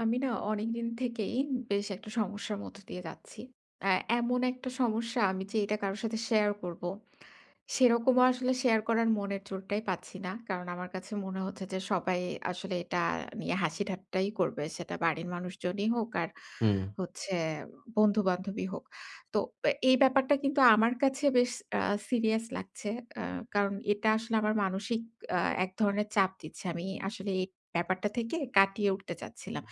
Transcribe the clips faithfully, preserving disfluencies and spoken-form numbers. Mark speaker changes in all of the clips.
Speaker 1: আমি না অনেকদিন থেকেই বেশ একটা সমস্যার মধ্য দিয়ে যাচ্ছি। আ এমন একটা সমস্যা আমি যে এটা কারো সাথে শেয়ার করব। সেরকমও আসলে শেয়ার করার মনের জোরটাই পাচ্ছি না। কারণ আমার কাছে মনে হচ্ছে যে সবাই আসলে এটা নিয়ে হাসি ঠাট্টাই করবে। সেটা বাড়ির মানুষজনই হোক আর
Speaker 2: হুম,
Speaker 1: হচ্ছে বন্ধু-বান্ধবী হোক। তো এ এই ব্যাপারটা কিন্তু আমার কাছে বেশ আ সিরিয়াস লাগছে। আ কারণ এটা আসলে আমার মানসিক আ এক ধরনের চাপ দিচ্ছে। আমি আসলে এই ব্যাপারটা থেকে কাটিয়ে উঠতে চাচ্ছিলাম।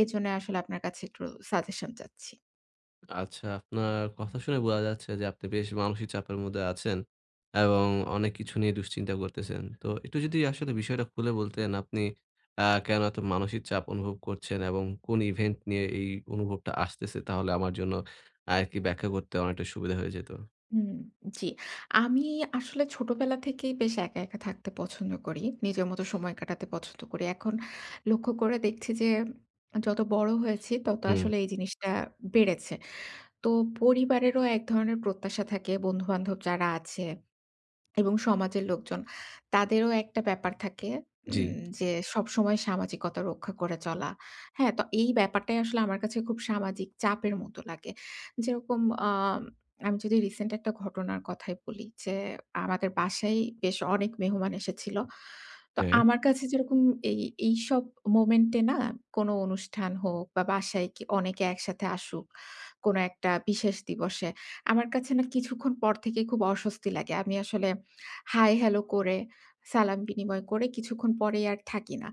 Speaker 1: এজন্য আসলে আপনার কাছে একটু সাজেশন চাচ্ছি।
Speaker 2: আচ্ছা, আপনার কথা শুনে বোঝা যাচ্ছে যে আপনি বেশ মানসিক চাপের মধ্যে আছেন এবং অনেক কিছু নিয়ে দুশ্চিন্তা করতেছেন। তো একটু যদি আসলে বিষয়টা খুলে বলতেন আপনি আ কেন এত মানসিক চাপ অনুভব করছেন এবং কোন ইভেন্ট নিয়ে এই অনুভবটা আসতেছে তাহলে আমার জন্য আরকি ব্যাখ্যা করতে অনেকটা সুবিধা হয়ে যেত।
Speaker 1: হুম, জি। আমি আসলে ছোটবেলা থেকেই বেশ একা, একা থাকতে পছন্দ করি। নিজের মতো সময় কাটাতে পছন্দ করি। এখন লক্ষ্য করে দেখছি যে যত বড় হয়েছি তত
Speaker 2: হুম,
Speaker 1: আসলে এই জিনিসটা বেড়েছে। তো পরিবারেরও এক ধরনের প্রত্যাশা থাকে, বন্ধু-বান্ধব যারা আছে এবং সমাজের লোকজন তাদেরও একটা ব্যাপার থাকে
Speaker 2: জি,
Speaker 1: উম যে সবসময় সামাজিকতা রক্ষা করে চলা। হ্যাঁ? তো এই ব্যাপারটাই আসলে আমার কাছে খুব সামাজিক চাপের মতো লাগে। যেরকম আম আমি যদি রিসেন্ট একটা ঘটনার কথাই বলি যে আমাদের বাসায় বেশ অনেক মেহমান এসেছিল। তো
Speaker 2: হ্যাঁ,
Speaker 1: আমার কাছে যেরকম এই এইসব মোমেন্ট এ না কোনো অনুষ্ঠান হোক বা বাসায় কি অনেকে একসাথে আসুক, কোনো একটা বিশেষ দিবসে আমার কাছে না কিছুক্ষণ পর থেকেই খুব অস্বস্তি লাগে। আমি আসলে হাই হ্যালো করে, সালাম বিনিময় করে কিছুক্ষণ পরেই আর থাকি না।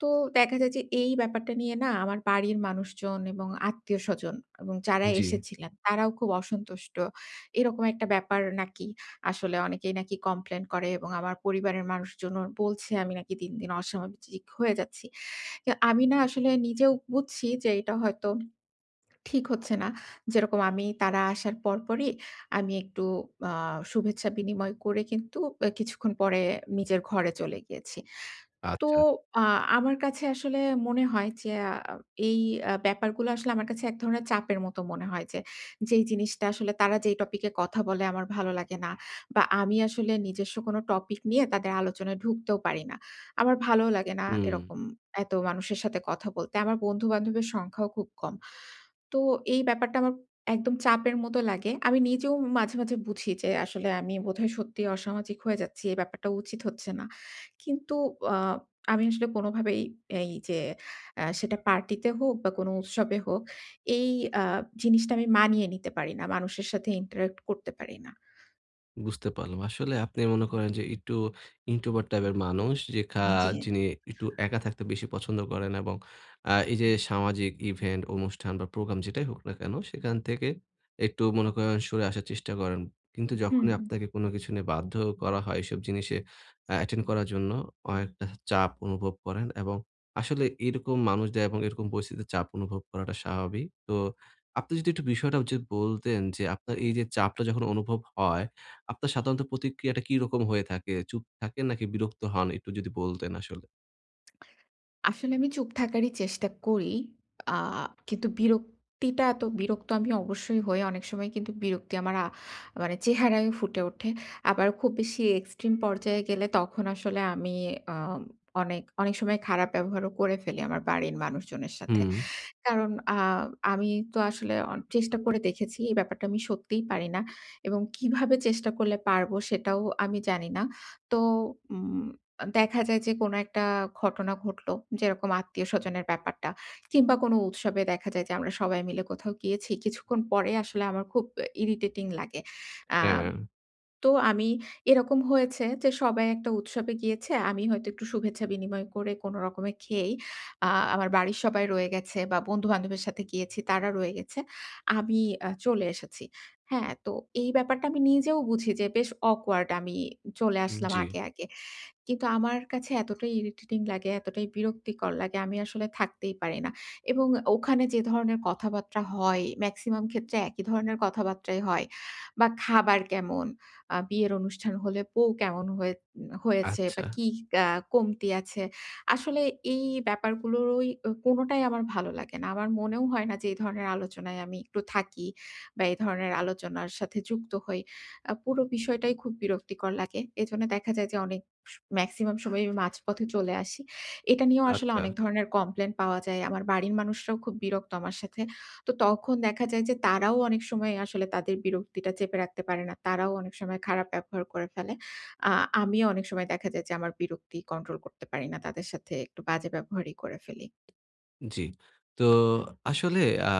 Speaker 1: তো দেখা যায় যে এই ব্যাপারটা নিয়ে না আমার বাড়ির মানুষজন এবং আত্মীয়স্বজন এবং যারা
Speaker 2: জি,
Speaker 1: এসেছিলেন তারাও খুব অসন্তুষ্ট। এরকম একটা ব্যাপার নাকি আসলে অনেকেই নাকি কমপ্লেইন করে এবং আমার পরিবারের মানুষজনও বলছে আমি নাকি দিন, দিন অসামাজিক হয়ে যাচ্ছি। কিন্তু আমি না আসলে নিজেও বুঝছি যে এটা হয়তো ঠিক হচ্ছে না। যেরকম আমি তারা আসার পরপরই আমি একটু আ শুভেচ্ছা বিনিময় করে কিন্তু আ কিছুক্ষণ পরে নিজের ঘরে চলে গিয়েছি। তো
Speaker 2: আচ্ছা,
Speaker 1: আ আমার কাছে আসলে মনে হয় যে আ এই আ ব্যাপারগুলো আসলে আমার কাছে এক ধরনের চাপের মতো মনে হয় যে, যেই জিনিসটা আসলে তারা যেই টপিকে কথা বলে আমার ভালো লাগে না বা আমি আসলে নিজস্ব কোনো টপিক নিয়ে তাদের আলোচনায় ঢুকতেও পারি না। আমার ভালোও লাগে না
Speaker 2: হুম।
Speaker 1: এরকম এত মানুষের সাথে কথা বলতে। আমার বন্ধু-বান্ধবের সংখ্যাও খুব কম। তো এই ব্যাপারটা আমার একদম চাপের মতো লাগে। আমি নিজেও মাঝে, মাঝে বুঝি যে আসলে আমি বোধহয় সত্যিই অসামাজিক হয়ে যাচ্ছি। এই ব্যাপারটা উচিত হচ্ছে না। কিন্তু আ আমি আসলে কোনোভাবেই এই যে আ সেটা পার্টিতে হোক বা কোনো উৎসবে হোক, এই আ জিনিসটা আমি মানিয়ে নিতে পারি না। মানুষের সাথে interact করতে পারি না।
Speaker 2: বুঝতে পারলাম। আসলে আপনি মনে করেন যে একটু introvert টাইপের মানুষ যেখা
Speaker 1: জি।
Speaker 2: যিনি একটু একা থাকতে বেশি পছন্দ করেন এবং আ এই যে সামাজিক ইভেন্ট, অনুষ্ঠান বা প্রোগ্রাম যেটাই হোক না কেন সেখান থেকে একটু মনে করেন সরে আসার চেষ্টা করেন। কিন্তু
Speaker 1: হুম।
Speaker 2: যখনই আপনাকে কোনো কিছু নিয়ে বাধ্য করা হয় এসব জিনিসে আ অ্যাটেন্ড করার জন্য অনেকটা চাপ অনুভব করেন এবং আসলে এরকম মানুষদের এবং এরকম পরিস্থিতিতে চাপ অনুভব করাটা স্বাভাবিক। তো আপনি যদি একটু বিষয়টা যে বলতেন যে আপনার এই যে চাপটা যখন অনুভব হয় আপনার সাধারণত প্রতিক্রিয়াটা কিরকম হয়ে থাকে? চুপ থাকেন নাকি বিরক্ত হন? একটু যদি বলতেন আসলে।
Speaker 1: আসলে আমি চুপ থাকারই চেষ্টা করি। আ কিন্তু বিরক্তিটা এত বিরক্ত আমি অবশ্যই হই। অনেক সময় কিন্তু বিরক্তি আমার আ মানে চেহারায়ও ফুটে ওঠে। আবার খুব বেশি এক্সট্রিম পর্যায়ে গেলে তখন আসলে আমি আ অনেক, অনেক সময় খারাপ ব্যবহারও করে ফেলি আমার বাড়ির মানুষজনের সাথে।
Speaker 2: হুম,
Speaker 1: কারণ আ আমি তো আসলে অন চেষ্টা করে দেখেছি। এই ব্যাপারটা আমি সত্যিই পারি না এবং কিভাবে চেষ্টা করলে পারবো সেটাও আমি জানি না। তো উম দেখা যায় যে কোনো একটা ঘটনা ঘটলো, যেরকম আত্মীয়স্বজনের ব্যাপারটা কিংবা কোনো উৎসবে দেখা যায় যে আমরা সবাই মিলে কোথাও গিয়েছি। কিছুক্ষণ পরে আসলে আমার খুব ইরিটেটিং লাগে। আ
Speaker 2: হ্যাঁ,
Speaker 1: তো আমি এরকম হয়েছে যে সবাই একটা উৎসবে গিয়েছে। আমি হয়তো একটু শুভেচ্ছা বিনিময় করে কোন রকমে খেয়েই আ আমার বাড়ির সবাই রয়ে গেছে বা বন্ধু-বান্ধবের সাথে গিয়েছি তারা রয়ে গেছে। আমি আ চলে এসেছি। হ্যাঁ, তো এই ব্যাপারটা আমি নিজেও বুঝি যে বেশ awkward আমি চলে আসলাম
Speaker 2: জি।
Speaker 1: আগে, আগে। কিন্তু আমার কাছে এতটাই ইরিটেটিং লাগে, এতটাই বিরক্তিকর লাগে, আমি আসলে থাকতেই পারি না। এবং ওখানে যে ধরনের কথাবার্তা হয়, মেক্সিমাম ক্ষেত্রে একই ধরনের কথাবার্তাই হয়। বা খাবার কেমন, আ বিয়ের অনুষ্ঠান হলে বউ কেমন হয়ে হয়েছে বা
Speaker 2: আচ্ছা,
Speaker 1: কি আ কমতি আছে। আসলে এই ব্যাপারগুলোরই ও কোনটাই আমার ভালো লাগে না। আমার মনেও হয় না যে এই ধরনের আলোচনায় আমি একটু থাকি বা এই ধরনের আলোচনার সাথে যুক্ত হই। আ পুরো বিষয়টাই খুব বিরক্তিকর লাগে। এজন্য দেখা যায় যে অনেক মেক্সিমাম সময় মাঝপথে চলে আসি। এটা নিয়েও আসলে
Speaker 2: আচ্ছা,
Speaker 1: অনেক ধরনের কমপ্লেইন পাওয়া যায়। আমার বাড়ির মানুষরাও খুব বিরক্ত আমার সাথে। তো তখন দেখা যায় যে তারাও অনেক সময় আসলে তাদের বিরক্তিটা চেপে রাখতে পারে না। তারাও অনেক সময় খারাপ ব্যবহার করে ফেলে। আ আমিও অনেক সময় দেখা যায় যে আমার বিরক্তি কন্ট্রোল করতে পারি না। তাদের সাথে একটু বাজে ব্যবহারই করে ফেলি।
Speaker 2: জি। তো আসলে আ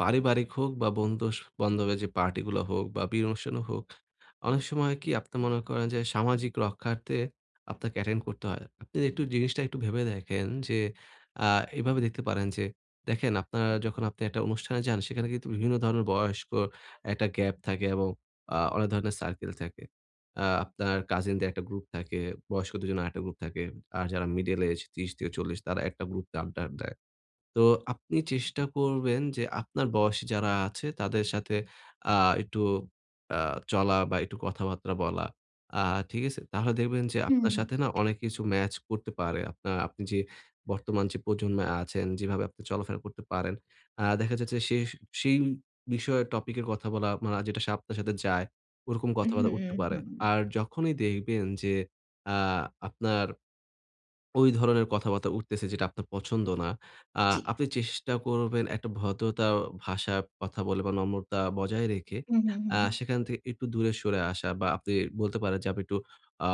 Speaker 2: পারিবারিক হোক বা বন্ধুস বান্ধবের যে পার্টিগুলো হোক বা বিয়ের অনুষ্ঠানও হোক, অনেক সময় কি আপনি মনে করেন যে সামাজিক রক্ষার্থে আপনাকে অ্যাটেন্ড করতে হয়। আপনি একটু জিনিসটা একটু ভেবে দেখেন যে আ এভাবে দেখতে পারেন যে দেখেন আপনার যখন আপনি একটা অনুষ্ঠানে যান সেখানে কিন্তু বিভিন্ন ধরনের বয়স্ক একটা গ্যাপ থাকে এবং আ অনেক ধরনের সার্কেল থাকে। আ আপনার কাজিনদের একটা গ্রুপ থাকে, বয়স্কদের জন্য আরেকটা গ্রুপ থাকে। আর যারা মিডল এজ ত্রিশ থেকে চল্লিশ তারা একটা গ্রুপে আড্ডা দেয়। তো আপনি চেষ্টা করবেন যে আপনার বয়সী যারা আছে তাদের সাথে আ একটু আ চলা বা একটু কথাবার্তা বলা। আ ঠিক আছে? তাহলে দেখবেন যে
Speaker 1: হুম,
Speaker 2: আপনার
Speaker 1: হুম।
Speaker 2: সাথে না অনেক কিছু ম্যাচ করতে পারে। আপনার আপনি যে বর্তমান যে প্রজন্মে আছেন, যেভাবে আপনি চলাফেরা করতে পারেন, আ দেখা যাচ্ছে সেই সেই বিষয়ে টপিকের কথা বলা মানে যেটা সা আপনার সাথে যায়, ওরকম
Speaker 1: হুম,
Speaker 2: কথাবার্তা উঠতে পারে।
Speaker 1: হুম,
Speaker 2: আর যখনই দেখবেন যে আ আপনার ওই ধরনের কথাবার্তা উঠতেছে যেটা আপনার পছন্দ না। আ
Speaker 1: জি।
Speaker 2: আপনি চেষ্টা করবেন একটা ভদ্রতা ভাষায় কথা বলে বা নম্রতা বজায় রেখে
Speaker 1: হুম, জি হুম,
Speaker 2: আ
Speaker 1: হুম।
Speaker 2: সেখান থেকে একটু দূরে সরে আসা বা আপনি বলতে পারেন যে আমি একটু আ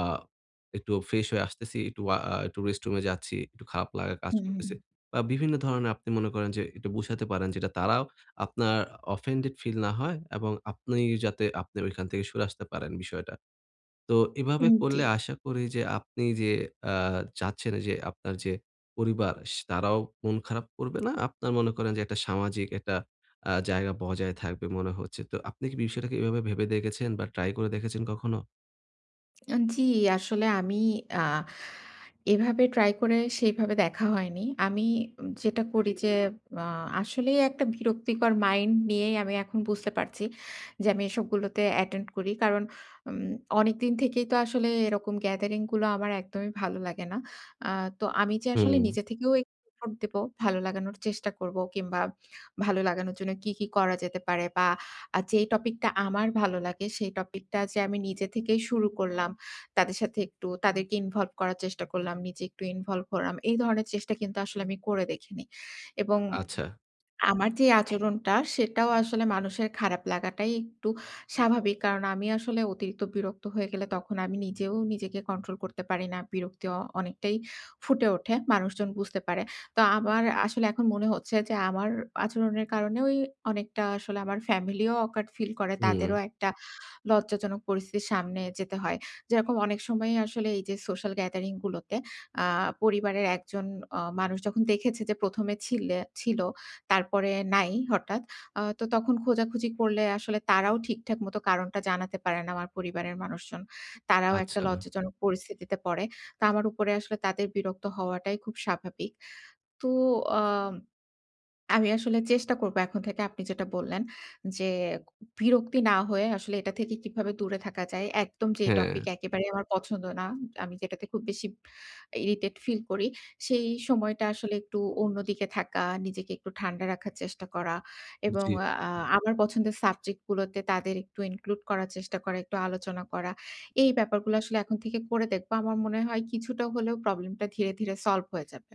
Speaker 2: একটু ফ্রেশ হয়ে আসতেছি, একটু আ একটু রেস্টরুমে যাচ্ছি, একটু খারাপ লাগা কাজ
Speaker 1: হুম, হুম।
Speaker 2: করতেছে। বা বিভিন্ন ধরনের আপনি মনে করেন যে একটু বুঝাতে পারেন যেটা তারাও আপনার offended ফিল না হয় এবং আপনি যাতে আপনি ওইখান থেকে সরে আসতে পারেন বিষয়টা। তো এভাবে
Speaker 1: হুম, জি।
Speaker 2: করলে আশা করি যে আপনি যে আ চাচ্ছেন যে আপনার যে পরিবার স তারাও মন খারাপ করবে না। আপনার মনে করেন যে একটা সামাজিক একটা আ জায়গা বজায় থাকবে মনে হচ্ছে। তো আপনি কি বিষয়টাকে এভাবে ভেবে দেখেছেন বা ট্রাই করে দেখেছেন কখনো?
Speaker 1: আ জি, আসলে আমি আ এভাবে ট্রাই করে সেইভাবে দেখা হয়নি। আমি যেটা করি যে আ আসলেই একটা বিরক্তিকর মাইন্ড নিয়েই আমি এখন বুঝতে পারছি যে আমি এসবগুলোতে অ্যাটেন্ড করি। কারণ উম অনেকদিন থেকেই তো আসলে এরকম গ্যাদারিং গুলো আমার একদমই ভালো লাগে না। আ তো আমি যে আসলে
Speaker 2: হুম,
Speaker 1: নিজে থেকেও একটু এফোর্ট দেব, ভালো লাগানোর চেষ্টা করব কিংবা ভালো লাগানোর জন্য কি, কি করা যেতে পারে বা আ যেই টপিকটা আমার ভালো লাগে সেই টপিকটা যে আমি নিজে থেকেই শুরু করলাম তাদের সাথে একটু তাদেরকে ইনভলভ করার চেষ্টা করলাম, নিজে একটু ইনভলভ হলাম। এই ধরনের চেষ্টা কিন্তু আসলে আমি করে দেখিনি এবং
Speaker 2: আচ্ছা।
Speaker 1: আমার যে আচরণটা সেটাও আসলে মানুষের খারাপ লাগাটাই একটু স্বাভাবিক। কারণ আমি আসলে অতিরিক্ত বিরক্ত হয়ে গেলে তখন আমি নিজেও নিজেকে কন্ট্রোল করতে পারি না। বিরক্তি অ অনেকটাই ফুটে ওঠে। মানুষজন বুঝতে পারে। তো আমার আসলে এখন মনে হচ্ছে যে আমার আচরণের কারণে ওই অনেকটা আসলে আমার ফ্যামিলিও awkward ফিল করে।
Speaker 2: হুম,
Speaker 1: তাদেরও একটা লজ্জাজনক পরিস্থিতির সামনে যেতে হয়। যেরকম অনেক সময়ই আসলে এই যে সোশ্যাল গ্যাদারিং গুলোতে আ পরিবারের একজন অ মানুষ যখন দেখেছে যে প্রথম এ ছিলে ছিল তারপরে নাই হঠাৎ। আ তো তখন খোঁজাখুঁজি করলে আসলে তারাও ঠিকঠাক মতো কারণটা জানাতে পারে না আমার পরিবারের মানুষজন। তারাও একটা
Speaker 2: আচ্ছা।
Speaker 1: লজ্জাজনক পরিস্থিতিতে পড়ে। তো আমার উপরে আসলে তাদের বিরক্ত হওয়াটাই খুব স্বাভাবিক। তো আ আমি আসলে চেষ্টা করব এখন থেকে আপনি যেটা বললেন যে, বিরক্তি না হয়ে আসলে এটা থেকে কিভাবে দূরে থাকা যায়। একদম যে
Speaker 2: হ্যাঁ,
Speaker 1: টপিক একেবারেই আমার পছন্দ না। আমি যেটাতে খুব বেশি ইরিটেট ফিল করি, সেই সময়টা আসলে একটু অন্যদিকে থাকা, নিজেকে একটু ঠান্ডা রাখার চেষ্টা করা এবং
Speaker 2: জি।
Speaker 1: আ আমার পছন্দের সাবজেক্ট গুলোতে তাদের একটু ইনক্লুড করার চেষ্টা করা, একটু আলোচনা করা। এই ব্যাপারগুলো আসলে এখন থেকে করে দেখব। আমার মনে হয় কিছুটা হলেও প্রবলেমটা ধীরে, ধীরে সলভ হয়ে যাবে।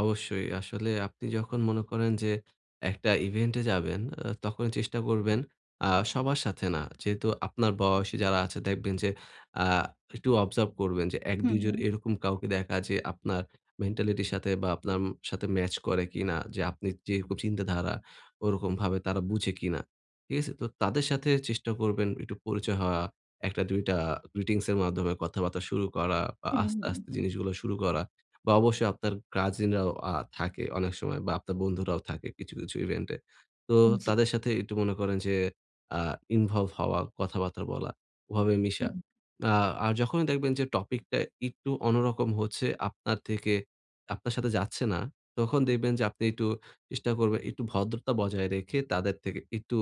Speaker 2: অবশ্যই। আসলে আপনি যখন মনে করেন যে একটা ইভেন্টে যাবেন, আ তখন চেষ্টা করবেন আ সবার সাথে না। যেহেতু আপনার বয়সী যারা আছে দেখবেন যে আ একটু অবজার্ভ করবেন যে
Speaker 1: হুম,
Speaker 2: এক দুই জন
Speaker 1: হুম।
Speaker 2: এরকম কাউকে দেখা যে আপনার মেন্টালিটির সাথে বা আপনার উম সাথে ম্যাচ করে কিনা, যে আপনি যেরকম চিন্তাধারা ওরকমভাবে তারা বুঝে কিনা। ঠিক আছে? তো তাদের সাথে চেষ্টা করবেন একটু পরিচয় হওয়া, একটা দুইটা গ্রিটিংস এর মাধ্যমে কথাবার্তা শুরু করা বা
Speaker 1: হুম,
Speaker 2: আস্তে,
Speaker 1: হুম,
Speaker 2: আস্তে
Speaker 1: হুম।
Speaker 2: জিনিসগুলো শুরু করা। বা অবশ্যই আপনার কাজিনরাও আ থাকে অনেক সময় বা আপনার বন্ধুরাও থাকে কিছু, কিছু ইভেন্টে। তো
Speaker 1: জি।
Speaker 2: তাদের সাথে একটু মনে করেন যে আ ইনভলভ হওয়া, কথাবার্তা বলা, ওভাবে মিশা।
Speaker 1: হুম।
Speaker 2: আ আর যখনই দেখবেন যে টপিকটা একটু অন্যরকম হচ্ছে আপনার থেকে, আপনার সাথে যাচ্ছে না, তখন দেখবেন যে আপনি একটু চেষ্টা করবেন একটু ভদ্রতা বজায় রেখে তাদের থেকে একটু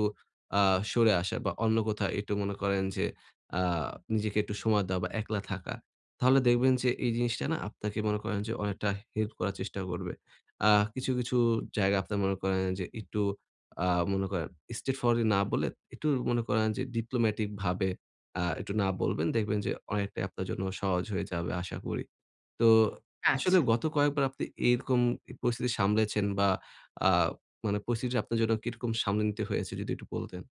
Speaker 2: আ সরে আসা বা অন্য কোথাও একটু মনে করেন যে আ নিজেকে একটু সময় দেওয়া বা একলা থাকা। তাহলে দেখবেন যে এই জিনিসটা না আপনাকে মনে করেন যে অনেকটা হেল্প করার চেষ্টা করবে। আ কিছু, কিছু জায়গা আপনার মনে করেন যে একটু আ মনে করেন straight forwardly না বলে একটু মনে করেন যে diplomatic ভাবে আ একটু না বলবেন। দেখবেন যে অনেকটাই আপনার জন্য সহজ হয়ে যাবে আশা করি। তো আসলে
Speaker 1: আচ্ছা।
Speaker 2: গত কয়েকবার আপনি এইরকম পরিস্থিতি সামলেছেন বা আ মানে পরিস্থিতিটা আপনার জন্য কিরকম সামলে নিতে হয়েছে যদি একটু বলতেন?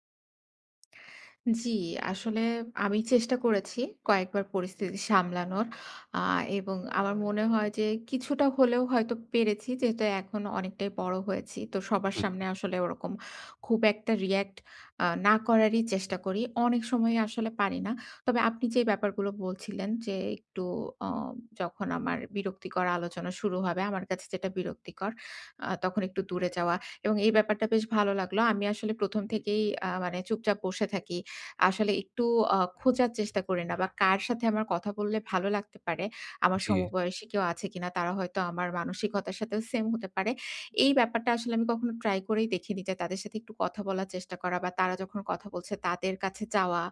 Speaker 1: জি, আসলে আমি চেষ্টা করেছি কয়েকবার পরিস্থিতি সামলানোর। আ এবং আমার মনে হয় যে কিছুটা হলেও হয়তো পেরেছি যেহেতু এখন অনেকটাই বড় হয়েছি। তো সবার
Speaker 2: হুম,
Speaker 1: সামনে আসলে ওরকম খুব একটা react আ না করারই চেষ্টা করি। অনেক সময় আসলে পারি না। তবে আপনি যে ব্যাপারগুলো বলছিলেন যে একটু অ যখন আমার বিরক্তিকর আলোচনা শুরু হবে আমার কাছে যেটা বিরক্তিকর আ তখন একটু দূরে যাওয়া এবং এই ব্যাপারটা বেশ ভালো লাগলো। আমি আসলে প্রথম থেকেই আ মানে চুপচাপ বসে থাকি। আসলে একটু আ খোঁজার চেষ্টা করি না বা কার সাথে আমার কথা বললে ভালো লাগতে পারে। আমার
Speaker 2: জি।
Speaker 1: সমবয়সী কেউ আছে কিনা? তারা হয়তো আমার মানসিকতার সাথেও সেম হতে পারে। এই ব্যাপারটা আসলে আমি কখনো ট্রাই করেই দেখিনি যে তাদের সাথে একটু কথা বলার চেষ্টা করা বা তারা যখন কথা বলছে তাদের কাছে যাওয়া।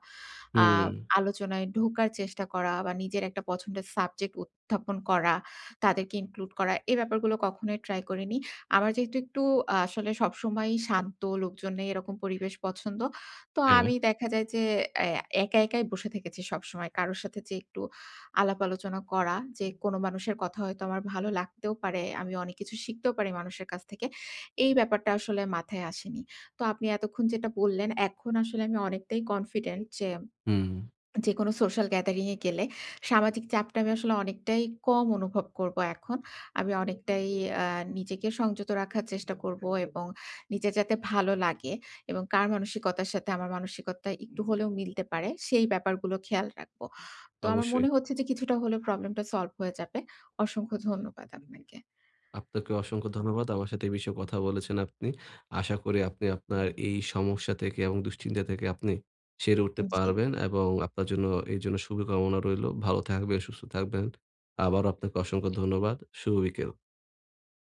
Speaker 1: আ
Speaker 2: হুম,
Speaker 1: আলোচনায় ঢোকার চেষ্টা করা বা নিজের একটা পছন্দের সাবজেক্ট উত্থাপন করা, তাদেরকে ইনক্লুড করা, এই ব্যাপারগুলো কখনোই ট্রাই করিনি। আমার যেহেতু একটু আ আসলে সবসময়ই শান্ত লোকজনে এরকম পরিবেশ পছন্দ। তো
Speaker 2: হ্যাঁ,
Speaker 1: আমি দেখা যায় যে এ একা একাই বসে থেকেছি সবসময়। কারো সাথে যে একটু আলাপ আলোচনা করা, যে কোনো মানুষের কথা হয়তো আমার ভালো লাগতেও পারে, আমি অনেক কিছু শিখতেও পারি মানুষের কাছ থেকে। এই ব্যাপারটা আসলে মাথায় আসেনি। তো আপনি এতক্ষণ যেটা বললেন, এখন আসলে আমি অনেকটাই কনফিডেন্ট যে
Speaker 2: হুম,
Speaker 1: যেকোনো সোশ্যাল গ্যাদারিং এ গেলে সামাজিক চাপটা আমি আসলে অনেকটাই কম অনুভব করব এখন। আমি অনেকটাই আ নিজেকে সংযত রাখার চেষ্টা করব এবং নিজের যাতে ভালো লাগে এবং কার মানসিকতার সাথে আমার মানসিকতা একটু হলেও মিলতে পারে সেই ব্যাপারগুলো খেয়াল রাখব। তো আমার
Speaker 2: অবশ্যই।
Speaker 1: মনে হচ্ছে যে কিছুটা হলেও প্রবলেমটা সলভ হয়ে যাবে। অসংখ্য ধন্যবাদ আপনাকে।
Speaker 2: আপনাকে অসংখ্য ধন্যবাদ। আমার সাথে এই বিষয়ে কথা বলেছেন আপনি। আশা করি আপনি আপনার এই সমস্যা থেকে এবং দুশ্চিন্তা থেকে আপনি সেরে উঠতে
Speaker 1: জি।
Speaker 2: পারবেন এবং আপনার জন্য এর জন্য শুভকামনা রইলো। ভালো থাকবেন, সুস্থ থাকবেন। আবারও আপনাকে অসংখ্য ধন্যবাদ। শুভ বিকেল।